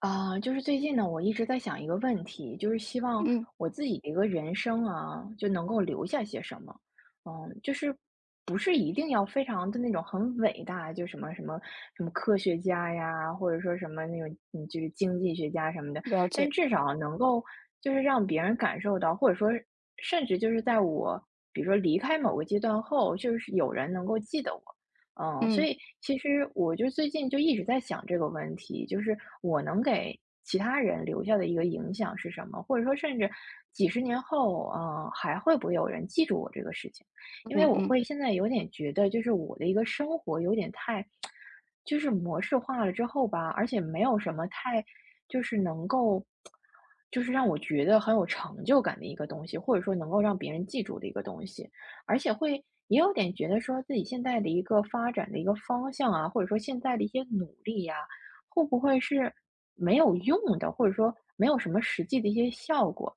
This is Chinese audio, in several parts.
啊，就是最近呢，我一直在想一个问题，就是希望嗯，我自己的一个人生啊，就能够留下些什么。嗯，就是不是一定要非常的那种很伟大，就什么科学家呀，或者说什么那种就是经济学家什么的，了但解。至少能够就是让别人感受到，或者说甚至就是在我比如说离开某个阶段后，就是有人能够记得我。嗯，所嗯以其实我就最近就一直在想这个问题，就是我能给其他人留下的一个影响是什么，或者说甚至几十年后，嗯，还会不会有人记住我这个事情？因为嗯我嗯会现在有点觉得，就是我的一个生活有点太，就是模式化了之后吧，而且没有什么太，就是能够，就是让我觉得很有成就感的一个东西，或者说能够让别人记住的一个东西。而且会也有点觉得说自己现在的一个发展的一个方向啊，或者说现在的一些努力呀、会不会是没有用的，或者说没有什么实际的一些效果，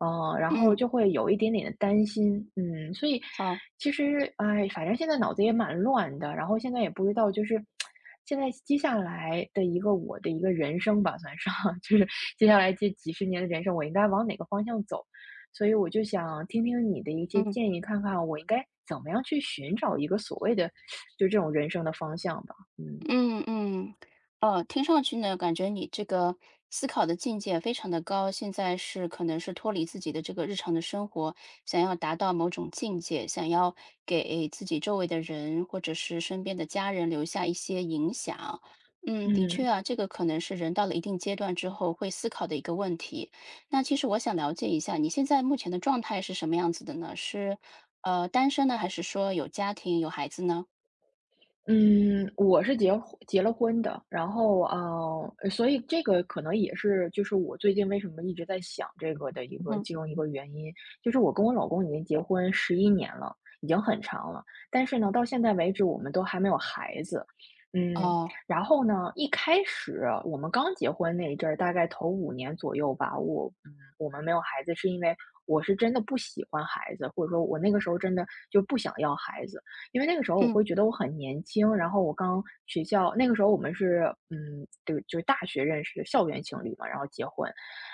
然后嗯，就会有一点点的担心，嗯，所以好，其实哎，反正现在脑子也蛮乱的，然后现在也不知道就是。现在接下来的一个我的一个人生吧，算是 就是接下来这几十年的人生，我应该往哪个方向走？所以我就想听听你的一些嗯。建议，看看我应该怎么样去寻找一个所谓的就这种人生的方向吧。嗯。嗯嗯，哦，听上去呢，感觉你这个思考的境界非常的高，现在是可能是脱离自己的这个日常的生活，想要达到某种境界，想要给自己周围的人或者是身边的家人留下一些影响。嗯，的确嗯，啊，这个可能是人到了一定阶段之后会思考的一个问题。那其实我想了解一下，你现在目前的状态是什么样子的呢？是单身呢，还是说有家庭有孩子呢？嗯，我是结了婚的，然后啊所以这个可能也是，就是我最近为什么一直在想这个的一个嗯。其中一个原因，就是我跟我老公已经结婚11年了，已经很长了，但是呢，到现在为止我们都还没有孩子，嗯，哦，然后呢，一开始我们刚结婚那一阵儿，大概头5年左右吧，我们没有孩子是因为我是真的不喜欢孩子，或者说我那个时候真的就不想要孩子。因为那个时候我嗯会觉得我很年轻，然后我刚学校那个时候我们是对，就是大学认识的校园情侣嘛，然后结婚，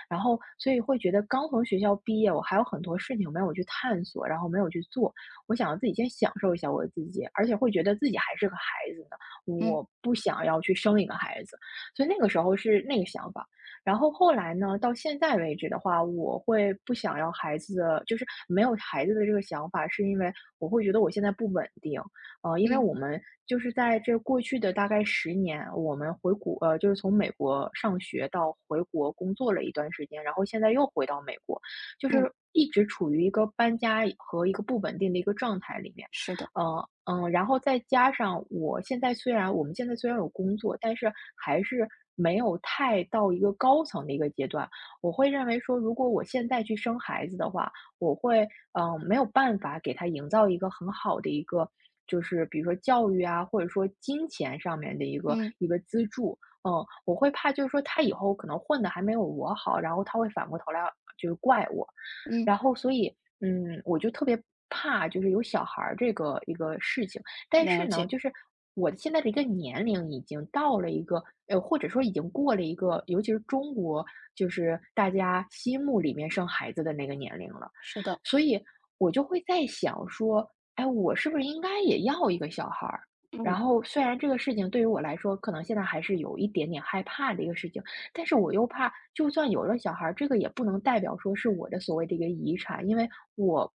然后所以会觉得刚从学校毕业，我还有很多事情没有去探索，然后没有去做，我想要自己先享受一下我自己，而且会觉得自己还是个孩子呢，嗯。我不想要去生一个孩子，所以那个时候是那个想法。然后后来呢，到现在为止的话，我会不想要孩子的就是没有孩子的这个想法，是因为我会觉得我现在不稳定。因为嗯我们就是在这过去的大概十年，我们回国就是从美国上学到回国工作了一段时间，然后现在又回到美国，就嗯，是一直处于一个搬家和一个不稳定的一个状态里面。是的，然后再加上我们现在虽然有工作，但是还是没有太到一个高层的一个阶段。我会认为说，如果我现在去生孩子的话，我会没有办法给他营造一个很好的一个，就是比如说教育啊，或者说金钱上面的一个嗯一个资助。嗯，我会怕就是说他以后可能混的还没有我好，然后他会反过头来就是怪我。嗯，然后所以，嗯，我就特别怕就是有小孩儿这个一个事情。但了是呢，解，就是我现在的一个年龄已经到了一个，或者说已经过了一个，尤其是中国，就是大家心目里面生孩子的那个年龄了。是的，所以我就会在想说，哎，我是不是应该也要一个小孩儿？然嗯后虽然这个事情对于我来说，可能现在还是有一点点害怕的一个事情，但是我又怕，就算有了小孩儿，这个也不能代表说是我的所谓的一个遗产，因为我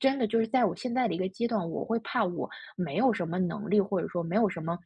真的就是在我现在的一个阶段，我会怕我没有什么能力，或者说没有什么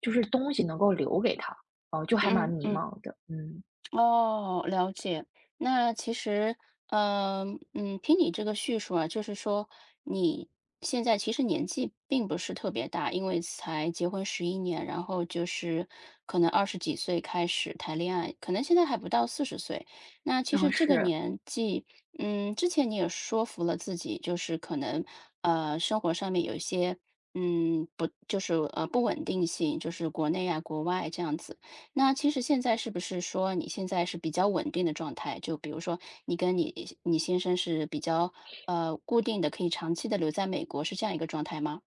就是东西能够留给他，哦、就还蛮嗯迷嗯。茫的，嗯，哦，了解。那其实，嗯嗯，听你这个叙述啊，就是说你现在其实年纪并不是特别大，因为才结婚11年，然后就是可能20几岁开始谈恋爱，可能现在还不到40岁。那其实嗯这个是。年纪，之前你也说服了自己，就是可能生活上面有一些。不，就是不稳定性，就是国内啊、国外这样子。那其实现在是不是说你现在是比较稳定的状态？就比如说你跟你先生是比较固定的，可以长期的留在美国，是这样一个状态吗？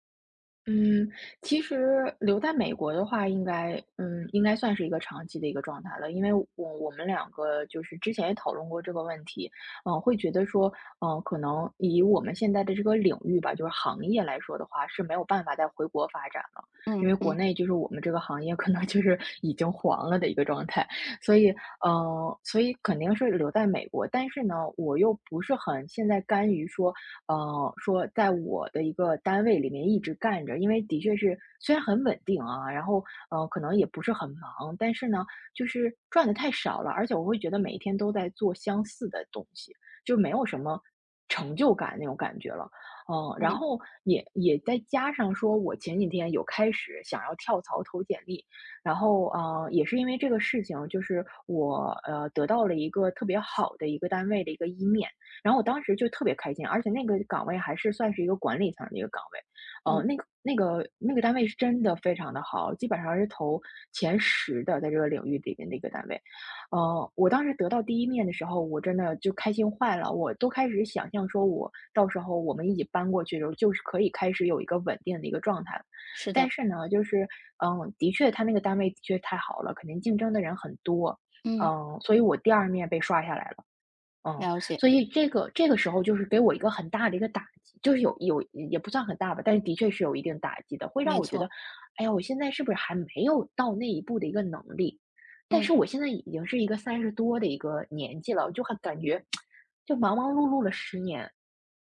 嗯，其实留在美国的话，应该嗯，应该算是一个长期的一个状态了。因为我们两个就是之前也讨论过这个问题，会觉得说，可能以我们现在的这个领域吧，就是行业来说的话，是没有办法再回国发展了，因嗯为国嗯内就是我们这个行业可能就是 已经黄了的一个状态，所以，所以肯定是留在美国。但是呢，我又不是很现在甘于说。说在我的一个单位里面一直干着，因为的确是虽然很稳定啊，然后可能也不是很忙，但是呢，就是赚的太少了，而且我会觉得每一天都在做相似的东西，就没有什么成就感那种感觉了。嗯，然嗯后也再加上说，我前几天有开始想要跳槽投简历，然后也是因为这个事情，就是我得到了一个特别好的一个单位的一个一面，然后我当时就特别开心，而且那个岗位还是算是一个管理层的一个岗位，呃，嗯，那个那个那个单位是真的非常的好，基本上是投前10的，在这个领域里面的一个单位。我当时得到第一面的时候，我真的就开心坏了，我都开始想象说我到时候我们一起搬过去的时候，就是可以开始有一个稳定的一个状态了。是但的，是呢，就是嗯，的确，他那个单位的确太好了，肯定竞争的人很多，嗯，嗯，所以我第二面被刷下来了。嗯，了解，所以这个时候就是给我一个很大的一个打击，就是有也不算很大吧，但是的确是有一定打击的，会让没我觉得，错，哎呀，我现在是不是还没有到那一步的一个能力？但嗯。是我现在已经是一个30多的一个年纪了，我就很感觉就忙忙碌碌了十年，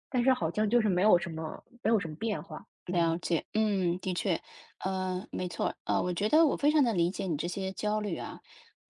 但是好像就是没有什么变化。了嗯解，嗯，的确，没错，我觉得我非常的理解你这些焦虑啊。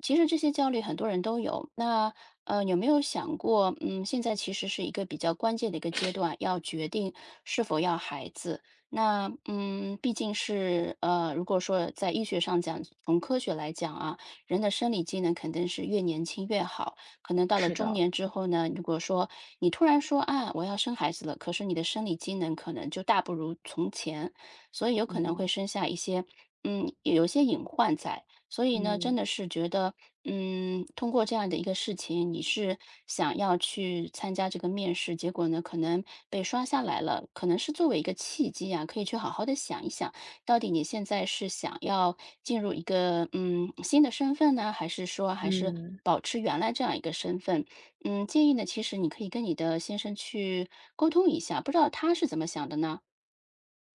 其实这些焦虑很多人都有，那有没有想过，现在其实是一个比较关键的一个阶段，要决定是否要孩子。那毕竟是如果说在医学上讲，从科学来讲啊，人的生理机能肯定是越年轻越好。可能到了是中的，年之后呢，如果说你突然说啊，我要生孩子了，可是你的生理机能可能就大不如从前，所以有可能会嗯生下一些，有一些隐患在。所以呢，真嗯的是觉得，通过这样的一个事情，你是想要去参加这个面试，结果呢，可能被刷下来了，可能是作为一个契机啊，可以去好好的想一想。到底你现在是想要进入一个，新的身份呢，还是说还是嗯保持原来这样一个身份？建议呢，其实你可以跟你的先生去沟通一下，不知道他是怎么想的呢？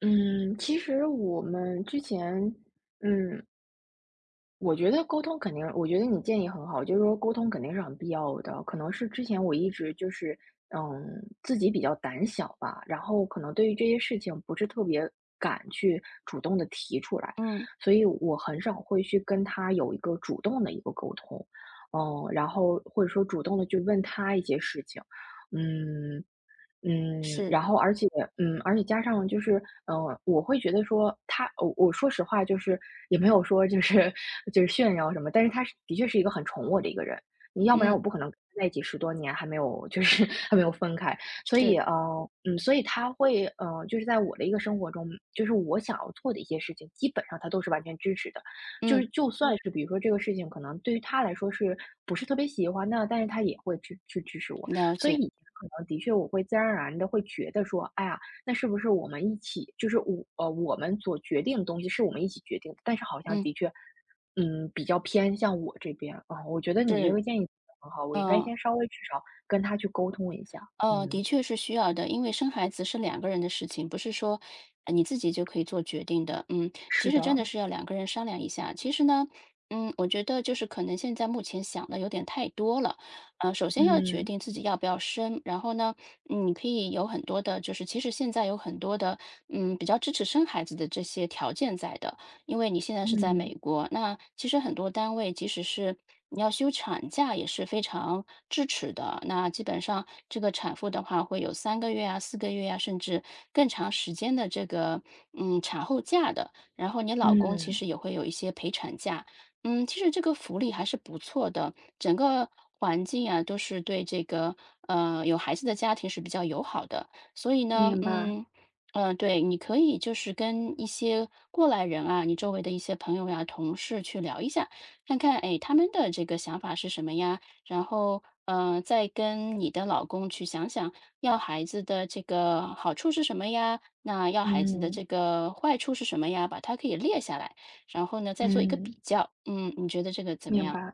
嗯，其实我们之前。嗯，我觉得沟通肯定我觉得你建议很好，就是说沟通肯定是很必要的。可能是之前我一直就是，嗯，自己比较胆小吧，然后可能对于这些事情不是特别敢去主动的提出来，嗯。所以我很少会去跟他有一个主动的一个沟通。嗯，然后或者说主动的去问他一些事情，嗯。嗯，是，然后而且嗯，而且加上就是，嗯，我会觉得说他我说实话就是也没有说就是 就是炫耀什么，但是他是的确是一个很宠我的一个人，你要不然我嗯，不可能跟他在一起10多年还没有就是 还没有分开。所以，是，所以他会，就是在我的一个生活中，就是我想要做的一些事情，基本上他都是完全支持的。就嗯，是就算嗯是比如说这个事情可能对于他来说是不是特别喜欢的，但是他也会去支持我。了所以解，以前可能的确我会自然而然的会觉得说，哎呀，那是不是我们一起，就是我们所决定的东西是我们一起决定的，但是好像嗯，的确，嗯，比较偏向我这边啊，我觉得你这是，个建议很好，我应该嗯。先稍微至少跟他去沟通一下。哦，嗯，的确是需要的，因为生孩子是两个人的事情，不是说你自己就可以做决定的。嗯，其是实真的，的是要两个人商量一下。其实呢，我觉得就是可能现在目前想的有点太多了。首先要决嗯定自己要不要生，然后呢，你可以有很多的，就是其实现在有很多的，比较支持生孩子的这些条件在的。因为你现在是在美嗯国，那其实很多单位即使是你要休产假也是非常支持的。那基本上这个产妇的话会有3个月啊、4个月啊，甚至更长时间的这个产后假的。然后你老公其嗯，实也会有一些陪产假，其实这个福利还是不错的，整个环境啊都是对这个有孩子的家庭是比较友好的。所以呢，明白，对，你可以就是跟一些过来人啊，你周围的一些朋友呀、同事去聊一下，看看，哎，他们的这个想法是什么呀？然后，再跟你的老公去想想，要孩子的这个好处是什么呀？那要孩子的这嗯个坏处是什么呀？把它可以列下来，然后呢，再做一个嗯，比较。嗯，你觉得这个怎么明样？白。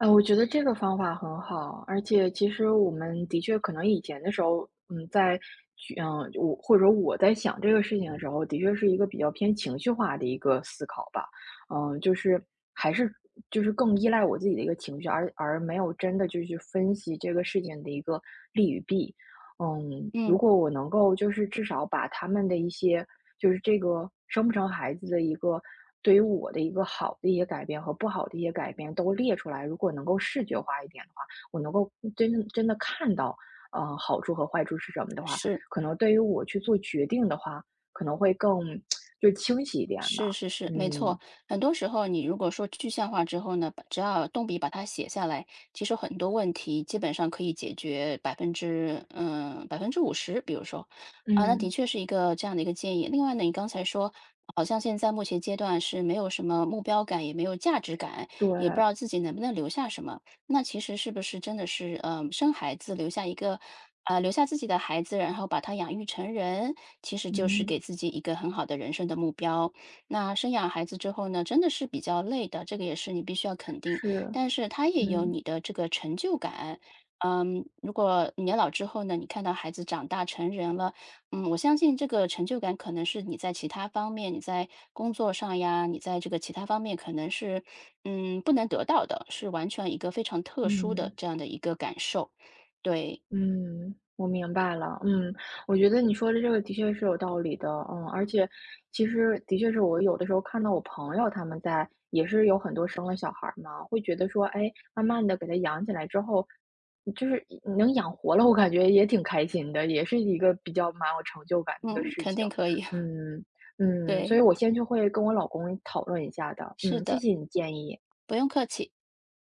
我觉得这个方法很好，而且其实我们的确可能以前的时候，嗯，在去嗯，我或者说我在想这个事情的时候，的确是一个比较偏情绪化的一个思考吧。嗯，就是还是就是更依赖我自己的一个情绪，而没有真的就去分析这个事情的一个利与弊。嗯，如嗯，果我能够就是至少把他们的一些，就是这个生不成孩子的一个，对于我的一个好的一些改变和不好的一些改变都列出来，如果能够视觉化一点的话，我能够真的真的看到，好处和坏处是什么的话，是。可能对于我去做决定的话，可能会更 就清晰一点是吧。是是，没嗯，错。很多时候，你如果说具象化之后呢，把只要动笔把它写下来，其实很多问题基本上可以解决百分之五十，比如说啊，那的嗯确是一个这样的一个建议。另外呢，你刚才说好像现在目前阶段是没有什么目标感，也没有价值感，对，也不知道自己能不能留下什么。那其实是不是真的是生孩子留下自己的孩子，然后把他养育成人，其实就是嗯，给自己一个很好的人生的目标。那生养孩子之后呢，真的是比较累的，这个也是你必须要肯定。是，但是他也有嗯。你的这个成就感。如果年老之后呢，你看到孩子长大成人了，我相信这个成就感可能是你在其他方面，你在工作上呀，你在这个其他方面可能是，不能得到的，是完全一个非常特殊的嗯。这样的一个感受。对，嗯，我明白了。嗯，我觉得你说的这个的确是有道理的。嗯，而且其实的确是我有的时候看到我朋友他们在，也是有很多生了小孩儿嘛，会觉得说，哎，慢慢的给他养起来之后，就是能养活了，我感觉也挺开心的，也是一个比较蛮有成就感的一个嗯，事肯情。定可以。嗯嗯，所对，以我先去会跟我老公讨论一下的。是嗯，谢的，谢你建议。不用客气。